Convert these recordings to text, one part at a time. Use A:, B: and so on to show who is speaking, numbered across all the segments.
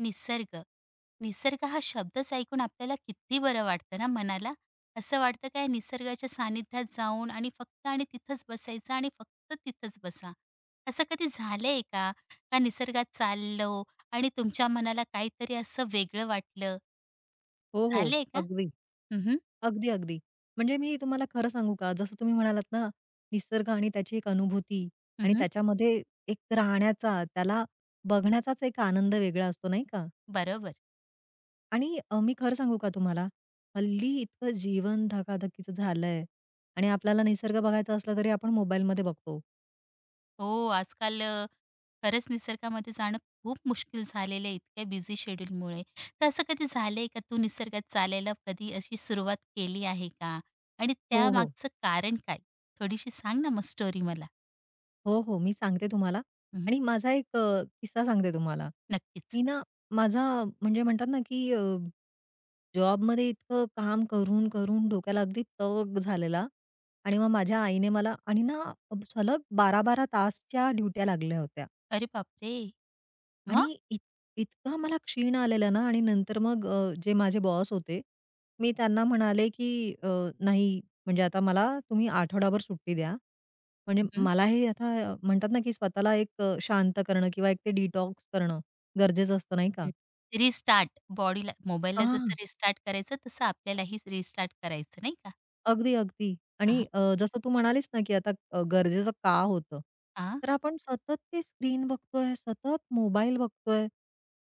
A: निसर्ग. निसर्ग हा शब्दच ऐकून आपल्याला किती बरं वाटतं ना मनाला. असं वाटतं काय निसर्गाच्या सानिध्यात जाऊन आणि फक्त आणि तिथंच बसायचं आणि फक्त तिथंच बसा. असं कधी झालंय का? का निसर्गात चाललो आणि तुमच्या मनाला काहीतरी असं वेगळं वाटलं?
B: हो, हो.
A: झालंय का?
B: अगदी.
A: हं, हं.
B: अगदी, अगदी. म्हणजे मी तुम्हाला खरं सांगू का, जसं तुम्ही म्हणालात ना, निसर्ग आणि त्याची एक अनुभूती आणि त्याच्यामध्ये एक राहण्याचा, त्याला बघण्याचाच एक आनंद वेगळा असतो, नाही का?
A: बरोबर.
B: आणि मी खरं सांगू का तुम्हाला, हल्ली इतकं जीवन धकाधकीचं झालंय आणि आपल्याला निसर्ग बघायचा असला तरी आपण मोबाईलमध्ये बघतो.
A: हो, आजकाल खरंच निसर्गामध्ये जाणं खूप मुश्किल झालेलं आहे इतक्या बिझी शेड्यूलमुळे. तर असं कधी झालंय का तू निसर्गात चालायला कधी अशी सुरुवात केली आहे का? आणि
B: हो, हो.
A: त्यामागचं कारण काय? थोडीशी सांग ना मग स्टोरी मला.
B: हो, हो. मी सांगते तुम्हाला
A: हं, हं.
B: आणि माझा एक किस्सा सांगते तुम्हाला.
A: नक्कीच.
B: मी ना माझा म्हणजे म्हणतात ना, की जॉबमध्ये इतकं काम करून, करून डोक्याला अगदी तग झालेला आणि मग माझ्या आईने मला आणि ना सलग 12-12 तासच्या ड्युट्या लागल्या होत्या
A: अरे बापरे! मग?
B: आणि इतका मला क्षीण आलेला ना आणि नंतर मग जे माझे बॉस होते, मी त्यांना म्हणाले, की "नाही, म्हणजे आता मला तुम्ही आठवडाभर सुट्टी द्या." म्हणजे मला हे आता म्हणतात ना, की स्वतःला एक शांत करणं किंवा एक ते डिटॉक्स करणं गरजेचं असतं, नाही का?
A: रिस्टार्ट बॉडीला मोबाईलला जसं
B: हा,
A: रिस्टार्ट करायचं तसं आपल्यालाही रिस्टार्ट करायचं नाही का?
B: अगदी, अगदी. आणि
A: हां, हां.
B: जसं तू म्हणालीस ना, की आता गरजेचं का होतं? तर आपण सतत ते स्क्रीन बघतोय, सतत मोबाईल बघतोय.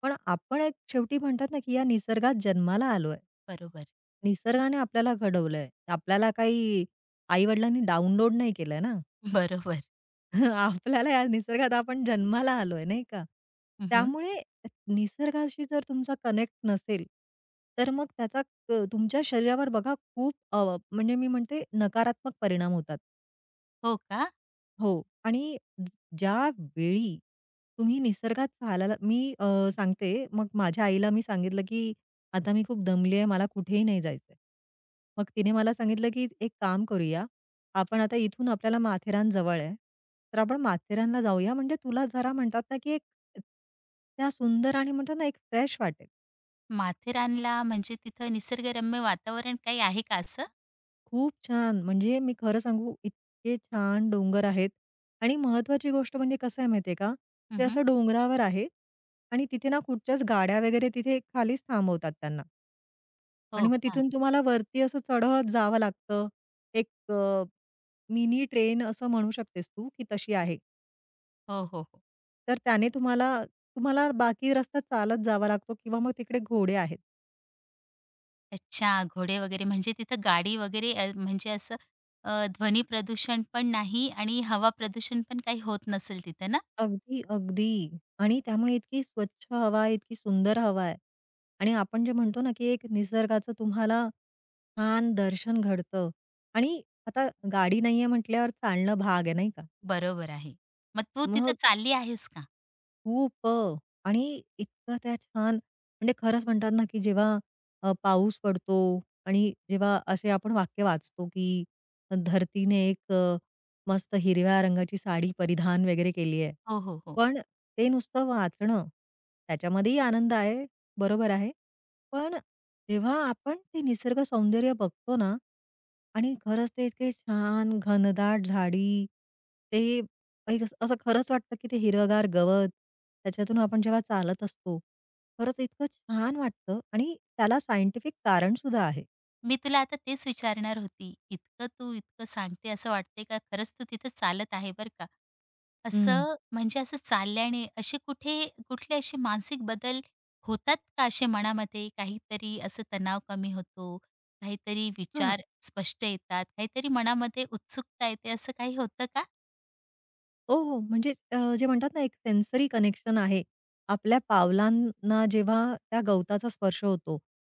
B: पण आपण एक शेवटी म्हणतात ना, की या निसर्गात जन्माला आलोय.
A: बरोबर.
B: निसर्गाने आपल्याला घडवलंय. आपल्याला काही आई-वडिलांनी डाउनलोड नाही केलंय ना.
A: बरोबर.
B: आपल्याला या निसर्गात आपण जन्माला आलोय, नाही का?
A: हं,
B: त्यामुळे निसर्गाशी जर तुमचा कनेक्ट नसेल, तर मग त्याचा तुमच्या शरीरावर बघा खूप म्हणजे मी म्हणते नकारात्मक परिणाम होतात.
A: हो का?
B: हो. आणि ज ज्यावेळी तुम्ही निसर्गात चालायला मी सांगते, मग माझ्या आईला मी सांगितलं, की "आता मी खूप दमली आहे, मला कुठेही नाही जायचंय." मग तिने मला सांगितलं, की "एक काम करूया, आपण आता इथून आपल्याला माथेरान जवळ आहे, तर आपण माथेरानला जाऊया, म्हणजे तुला जरा म्हणतात ना, की एक त्या सुंदर आणि म्हणतात ना, एक फ्रेश वाटेल."
A: माथेरानला म्हणजे तिथं निसर्गरम्य वातावरण काही आहे का असं?
B: खूप छान. म्हणजे मी खरं सांगू इतके छान डोंगर आहेत आणि महत्वाची गोष्ट म्हणजे कसं आहे माहिती का? ते
A: हं,
B: असं डोंगरावर आहे आणि तिथे ना कुठच्याच गाड्या वगैरे तिथे खालीच थांबवतात त्यांना आणि
A: हो
B: मग
A: का?
B: तिथून तुम्हाला वरती असं चढत जावं लागतं. एक मिनी ट्रेन असं म्हणू शकतेस तू, की तशी आहे.
A: हो, हो, हो.
B: तर त्याने तुम्हाला तुम्हाला बाकी रस्ता चालत जावा लागतो किंवा मग तिकडे घोडे आहेत.
A: अच्छा, घोडे वगैरे म्हणजे तिथं गाडी वगैरे म्हणजे असं अ, ध्वनी प्रदूषण पण नाही आणि हवा प्रदूषण पण काही होत नसेल तिथं ना?
B: अगदी, अगदी. आणि त्यामुळे इतकी स्वच्छ हवा आहे, इतकी सुंदर हवा आहे. आणि आपण जे म्हणतो ना, की एक निसर्गाचं तुम्हाला छान दर्शन घडतं आणि आता गाडी नाहीये म्हटल्यावर चालणं भाग आहे, नाही का?
A: बरोबर आहे. मग तू तिथं
B: मग
A: चालली आहेस का?
B: खूप आणि इतका त्या छान म्हणजे खरंच म्हणतात ना, की जेव्हा पाऊस पडतो आणि जेव्हा असे आपण वाक्य वाचतो, की धरतीने एक मस्त हिरव्या रंगाची साडी परिधान वगैरे केली आहे.
A: हो, हो, हो.
B: पण ते नुसतं वाचणं, त्याच्यामध्येही आनंद आहे, बरोबर आहे. पण जेव्हा आपण ते निसर्ग सौंदर्य बघतो ना आणि खरंच ते इतके छान घनदाट झाडी, ते एक असं असं खरंच वाटतं, की ते हिरवंगार गवत, त्याच्यातून आपण जेव्हा चालत असतो, खरंच इतकं छान वाटतं आणि त्याला सायंटिफिक कारण सुद्धा आहे.
A: मी तुला आता तेच विचारणार होती. इतकं तू इतकं सांगते असं वाटतंय का खरंच तू तिथं चालत आहे बरं का.
B: हं.
A: असं म्हणजे असं चालल्याने असे कुठे कुठले असे मानसिक बदल होतात का असे मनामध्ये? काहीतरी असं तणाव कमी होतो, काहीतरी
B: हां.
A: विचार स्पष्ट येतात, काहीतरी मनामध्ये उत्सुकता येते असं काही होतं का?
B: हो, हो. म्हणजे जे म्हणतात ना, एक सेन्सरी कनेक्शन आहे. आपल्या पावलांना जेव्हा त्या गवताचा स्पर्श होतो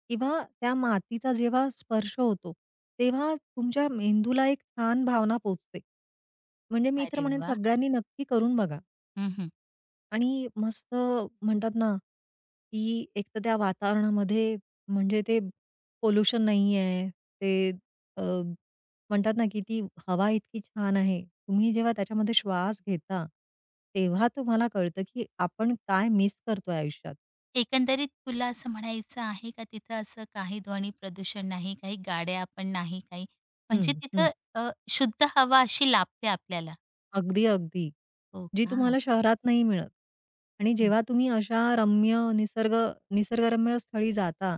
B: किंवा त्या मातीचा जेव्हा स्पर्श होतो, तेव्हा तुमच्या मेंदूला एक छान भावना पोहोचते. म्हणजे मी तर
A: अरे
B: म्हणेन
A: वाह!
B: सगळ्यांनी नक्की करून बघा.
A: हं,
B: आणि मस्त म्हणतात ना, की एक तर त्या वातावरणामध्ये म्हणजे ते पोल्युशन नाहीये. ते अ, म्हणतात ना, की ती हवा इतकी छान आहे. तुम्ही जेव्हा त्याच्यामध्ये श्वास घेता, तेव्हा तुम्हाला कळतं, की आपण काय मिस करतोय आयुष्यात.
A: एकंदरीत तुला असं म्हणायचं आहे का तिथं असं काही ध्वनी प्रदूषण नाही, काही गाड्या पण नाही काही.
B: हं,
A: म्हणजे
B: हं.
A: तिथं शुद्ध हवा अशी लाभते आपल्याला.
B: अगदी, अगदी.
A: हो
B: जी
A: का?
B: तुम्हाला शहरात नाही मिळत. आणि
A: हं.
B: जेव्हा तुम्ही अशा रम्य निसर्गरम्य स्थळी जाता,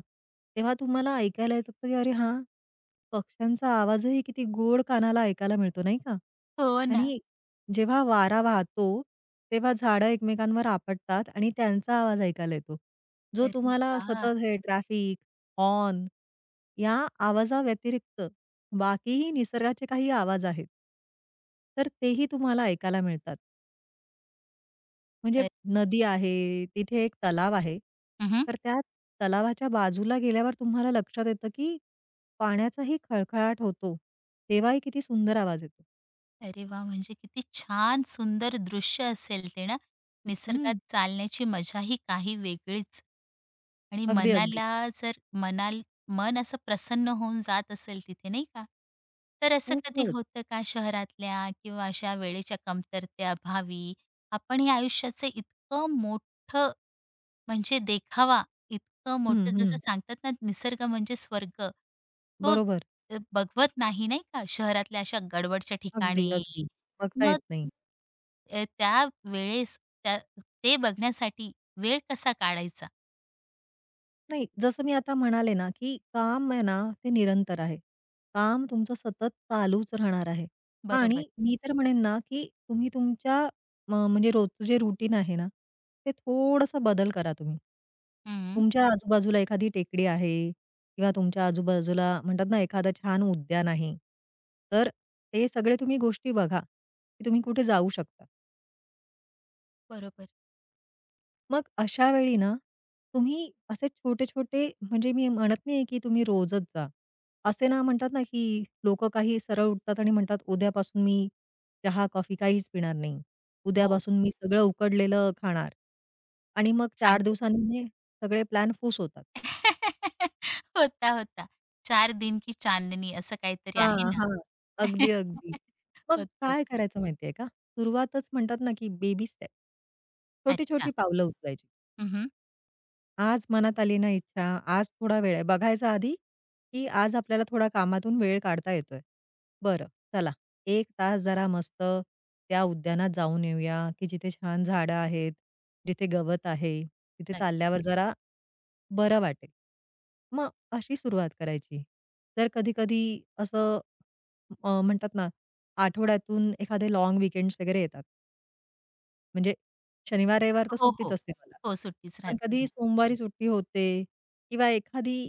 B: तेव्हा तुम्हाला ऐकायला येत असतं, की अरे हां, पक्ष्यांचा आवाजही किती गोड कानाला ऐकायला मिळतो, नाही का?
A: हो ना.
B: आणि जेव्हा वारा वाहतो, तेव्हा झाडं एकमेकांवर आपटतात आणि त्यांचा आवाज ऐकायला येतो. जो
A: अरे
B: तुम्हाला
A: वाह!
B: सतत हे ट्रॅफिक, हॉर्न या आवाजाव्यतिरिक्त बाकीही निसर्गाचे काही आवाज आहेत. तर तेही तुम्हाला ऐकायला मिळतात. म्हणजे
A: अ
B: नदी आहे, तिथे एक तलाव आहे. तर त्या तलावाच्या बाजूला गेल्यावर तुम्हाला लक्षात येतं, की पाण्याचाही खळखळाट होतो. तेव्हाही किती सुंदर आवाज येतो.
A: अरे वा म्हणजे किती छान सुंदर दृश्य असेल ते ना? निसर्गात
B: हं.
A: चालण्याची मजा ही काही वेगळीच. आणि
B: अगदी, अगदी.
A: मनाला जर मनाल मन असं प्रसन्न होऊन जात असेल तिथे नाही का? तर असं कधी
B: खूपच.
A: होतं का शहरातल्या किंवा अशा वेळेच्या कमतरतेअभावी आपण हे आयुष्याचं इतकं मोठं म्हणजे देखावा इतकं
B: हं,
A: मोठं जसं
B: हं.
A: सांगतात ना, निसर्ग म्हणजे स्वर्ग. तो
B: बरोबर.
A: बघवत नाही, नाही का, शहरातल्या अशा गडबडच्या
B: अगदी,
A: ठिकाणी.
B: अगदी. बघता येत
A: मग
B: नाही.
A: त्यावेळेस त्या ते बघण्यासाठी वेळ कसा काढायचा?
B: नाही, जसं मी आता म्हणाले ना, की काम आहे ना, ते निरंतर आहे. काम तुमचं सतत चालूच राहणार आहे आणि
A: बरोबर.
B: मी तर म्हणेन ना, की तुम्ही तुमच्या म्हणजे रोजचं जे रुटीन आहे ना, ते थोडंसं बदल करा तुम्ही.
A: हं.
B: तुमच्या आजूबाजूला एखादी टेकडी आहे किंवा तुमच्या आजूबाजूला म्हणतात ना, एखादं छान उद्यान आहे. तर ते सगळे तुम्ही गोष्टी बघा, की तुम्ही कुठे जाऊ शकता.
A: बरोबर.
B: मग अशा वेळी ना, तुम्ही असे छोटे-छोटे म्हणजे मी म्हणत नाहीये, की तुम्ही रोजच जा. असे ना म्हणतात ना, की लोक काही सरळ उठतात आणि म्हणतात, "उद्यापासून मी चहा, कॉफी काहीच पिणार नाही.
A: हो,
B: उद्यापासून मी सगळं उकडलेलं खाणार." आणि मग 4
A: सांगते.
B: दिवसांनी ते सगळे प्लॅन फूस होतात.
A: होता, होता. चार दिन की चांदनी असं काहीतरी आहे
B: हां,
A: ना?
B: हां. अगदी, अगदी. मग
A: होतं.
B: काय करायचं माहितीये का? सुरुवातच म्हणतात ना, की बेबी स्टेप.
A: अच्छा.
B: छोटी-छोटी पावलं उचलायची.
A: हं,
B: आज मनात आली ना इच्छा, आज थोडा वेळ आहे. बघायचा आधी, की आज आपल्याला थोडा कामातून वेळ काढता येतोय. बरं, चला 1 तास जरा मस्त त्या उद्यानात जाऊन येऊया, की जिथे छान झाडं आहेत, जिथे गवत आहे, तिथे
A: नक्की.
B: चालल्यावर जरा बरं वाटेल. मग अशी सुरुवात करायची. तर कधी-कधी असं म्हणतात ना, आठवड्यातून एखादे लाँग वीकेंड्स वगैरे येतात. म्हणजे शनिवार, रविवार तर
A: हो,
B: सुट्टीच
A: हो.
B: असते मला.
A: हो, सुट्टीच
B: पण कधी
A: राहते.
B: सोमवारी सुट्टी होते किंवा एखादी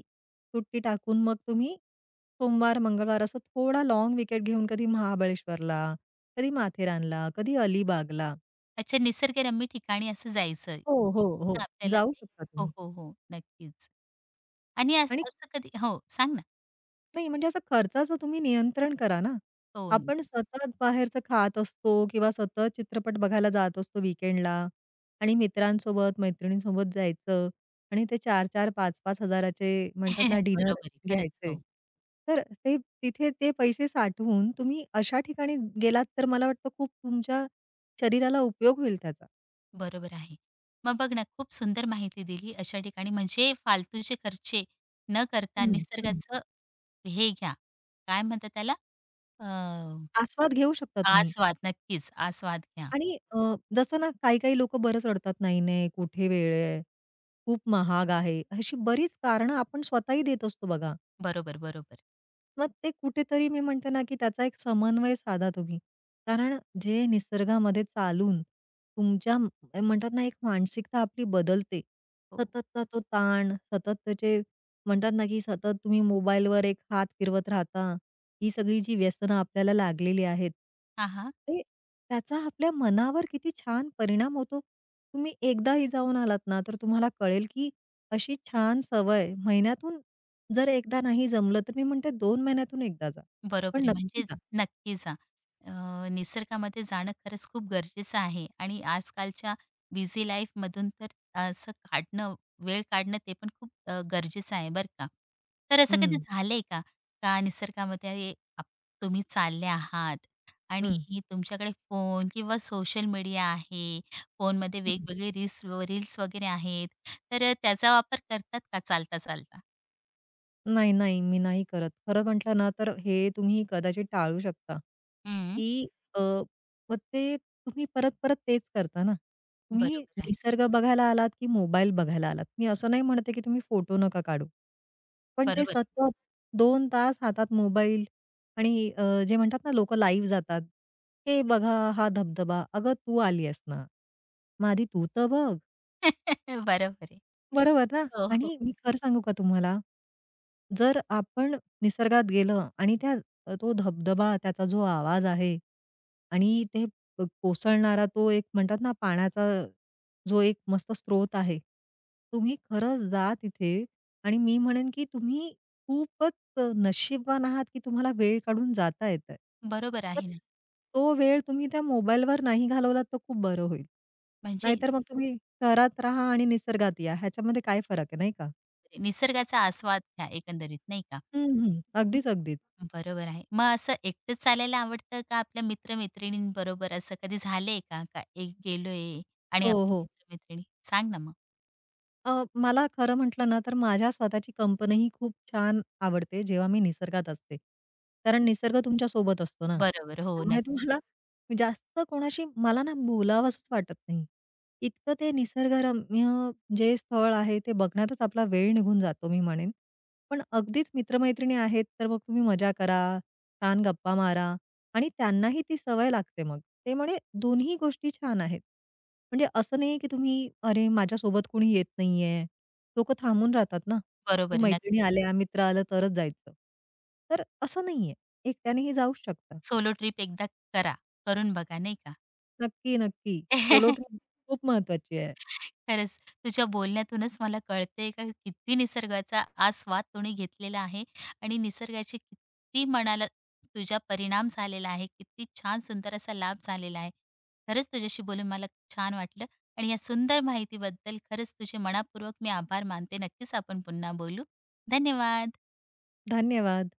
B: सुट्टी टाकून मग तुम्ही सोमवार, मंगळवार असं थोडा लाँग वीकेंड घेऊन कधी महाबळेश्वरला, कधी माथेरानला, कधी अलिबागला
A: अच्छा, निसर्गरम्य ठिकाणी असं जायचं.
B: हो, हो,
A: तर
B: हो.
A: आपल्याला
B: जाऊ
A: ते
B: शकता
A: हो,
B: तुम्ही
A: हो, हो. नक्कीच. आणि अस
B: आणि
A: असं कधी हो, सांग ना.
B: नाही, म्हणजे असं खर्चाचं तुम्ही नियंत्रण करा ना.
A: हो. न-
B: आपण सतत बाहेरचं खात असतो किंवा सतत चित्रपट बघायला जात असतो वीकेंडला आणि मित्रांसोबत, मैत्रिणींसोबत जायचं आणि ते 4-4, 5-5 हजाराचे म्हणतात ना डिनर
A: बरोबर आहे. खरंच.
B: घ्यायचे.
A: हो,
B: तर ते तिथे ते पैसे साठवून तुम्ही अशा ठिकाणी गेलात तर मला वाटतं खूप तुमच्या शरीराला उपयोग होईल त्याचा.
A: बरोबर आहे. मग बघ ना, खूप सुंदर माहिती दिली. अशा ठिकाणी म्हणजे फालतूचे खर्चे न करता
B: हं, हं.
A: निसर्गाचं हे घ्या, काय म्हणतात त्याला? अ,
B: आस्वाद घेऊ शकता तुम्ही.
A: आस्वाद. नक्कीच, आस्वाद घ्या.
B: आणि जसं ना काही-काही लोकं बरंच रडतात, "नाही-नाही, कुठे वेळ आहे, खूप महाग आहे." अशी बरीच कारणं आपण स्वतःही देत असतो बघा.
A: बरोबर, बरोबर.
B: मग ते कुठेतरी मी म्हणते ना, की त्याचा एक समन्वय साधा तुम्ही. कारण जे निसर्गामध्ये चालून तुमच्या म्हणतात ना, एक मानसिकता आपली बदलते.
A: हो.
B: सततचा तो ताण, सतत त्याचे म्हणतात ना, की सतत तुम्ही मोबाईलवर एक हात फिरवत राहता. ही सगळी जी व्यसनं आपल्याला लागलेली आहेत,
A: हां, हां.
B: ते त्याचा आपल्या मनावर किती छान परिणाम होतो. तुम्ही एकदाही जाऊन आलात ना, तर तुम्हाला कळेल, की अशी छान सवय महिन्यातून जर एकदा नाही जमलं, तर मी म्हणते 2 महिन्यातून एकदा जा.
A: बरोबर
B: पण
A: आहे.
B: नक्की
A: म्हणजे
B: जा.
A: नक्की जा. निसर्गामध्ये जाणं खरंच खूप गरजेचं आहे आणि आजकालच्या बिझी लाईफमधून तर असं काढणं, वेळ काढणं ते पण खूप गरजेचं आहे बरं का. तर असं कधी
B: हं,
A: झालंय का? का निसर्गामध्ये तुम्ही चालले आहात आणि
B: हं,
A: तुमच्याकडे फोन किंवा सोशल मीडिया आहे, फोनमध्ये
B: हं.
A: वेगवेगळे रील्स रील्स वगैरे आहेत, तर त्याचा वापर करतात का चालता-चालता?
B: नाही, नाही. मी नाही करत. खरं म्हटलं ना, तर हे तुम्ही कदाचित टाळू शकता,
A: हं,
B: की अ, मग ते तुम्ही परत-परत तेच करता ना. तुम्ही
A: बरोबर आहे.
B: निसर्ग बघायला आलात, की मोबाईल बघायला आलात. मी असं नाही म्हणते, की तुम्ही फोटो नका काढू. पण ते
A: बरोबर आहे.
B: सतत 2 तास हातात मोबाईल आणि जे म्हणतात ना, लोकं लाईव्ह जातात. "हे बघा, हा धबधबा." अगं, तू आली आहेस ना. मग आधी तू तर बघ.
A: बरोबर आहे.
B: बरोबर ना
A: हो, हो.
B: आणि मी खरं सांगू का तुम्हाला? जर आपण निसर्गात गेलं आणि तो धबधबा, त्याचा जो आवाज आहे आणि ते कोसळणारा तो एक म्हणतात ना पाण्याचा जो एक मस्त स्रोत आहे. तुम्ही खरंच जा तिथे आणि मी म्हणेन की तुम्ही खूपच नशीबवान आहात की तुम्हाला वेळ काढून जाता येतंय.
A: बरोबर
B: मग
A: आहे ना.
B: तो वेळ तुम्ही त्या मोबाईलवर नाही घालवलात तर खूप बरं होईल.
A: म्हणजे
B: नाहीतर मग तुम्ही शहरात राहा आणि निसर्गात या, ह्याच्यामध्ये काय फरक आहे, नाही का?
A: निसर्गाचा आस्वाद घ्या एकंदरीत नाही का?
B: हं, हं. अगदीच, अगदीच.
A: हं, बरोबर आहे. मग असं एकटंच चालायला आवडतं का आपल्या मित्र-मैत्रिणींबरोबर असं कधी झालंय का? का एक गेलोय आणि
B: हो,
A: आपले
B: हो.
A: मित्र सांग ना मग?
B: मला खरं म्हटलं ना, तर माझ्या स्वतःची कंपनी ही खूप छान आवडते, जेव्हा मी निसर्गात असते. कारण निसर्ग तुमच्या सोबत असतो ना,
A: बरोबर. हो,
B: त्यामुळे
A: नक्की.
B: तुम्हाला जास्त कोणाशी मला ना बोलावंसंच वाटत नाही. इतकं ते निसर्गरम्य जे स्थळ आहे, ते बघण्यातच आपला वेळ निघून जातो, मी म्हणेन. पण अगदीच मित्र आहेत, तर मग तुम्ही मजा करा, छान गप्पा मारा. आणि त्यांनाही ती सवय लागते मग. ते म्हणे दोन्ही गोष्टी छान आहेत. म्हणजे असं नाही की तुम्ही "अरे, माझ्यासोबत कोणी येत नाहीये." लोकं थांबून राहतात ना,
A: बरोबर
B: की
A: आहे. नक्की.
B: मैत्रिणी आल्या, मित्र आलं तरच जायचं. तर असं नाहीये. एकट्यानेही जाऊच शकता.
A: सोलो ट्रिप एकदा करा. करून बघा नाही का?
B: नक्की, नक्की. सोलो ट्रिप खूप महत्वाची आहे.
A: खरंच तुझ्या बोलण्यातूनच मला कळतंय का किती निसर्गाचा आस्वाद तुम्ही घेतलेला आहे आणि निसर्गाचे किती मनाला तुझ्या परिणाम झालेला आहे किती छान सुंदर असा लाभ झालेला आहे खरंच तुझ्याशी बोलून मला छान वाटलं आणि या सुंदर माहितीबद्दल खरंच तुझे मनापूर्वक मी आभार मानते नक्कीच आपण पुन्हा बोलू धन्यवाद.
B: धन्यवाद.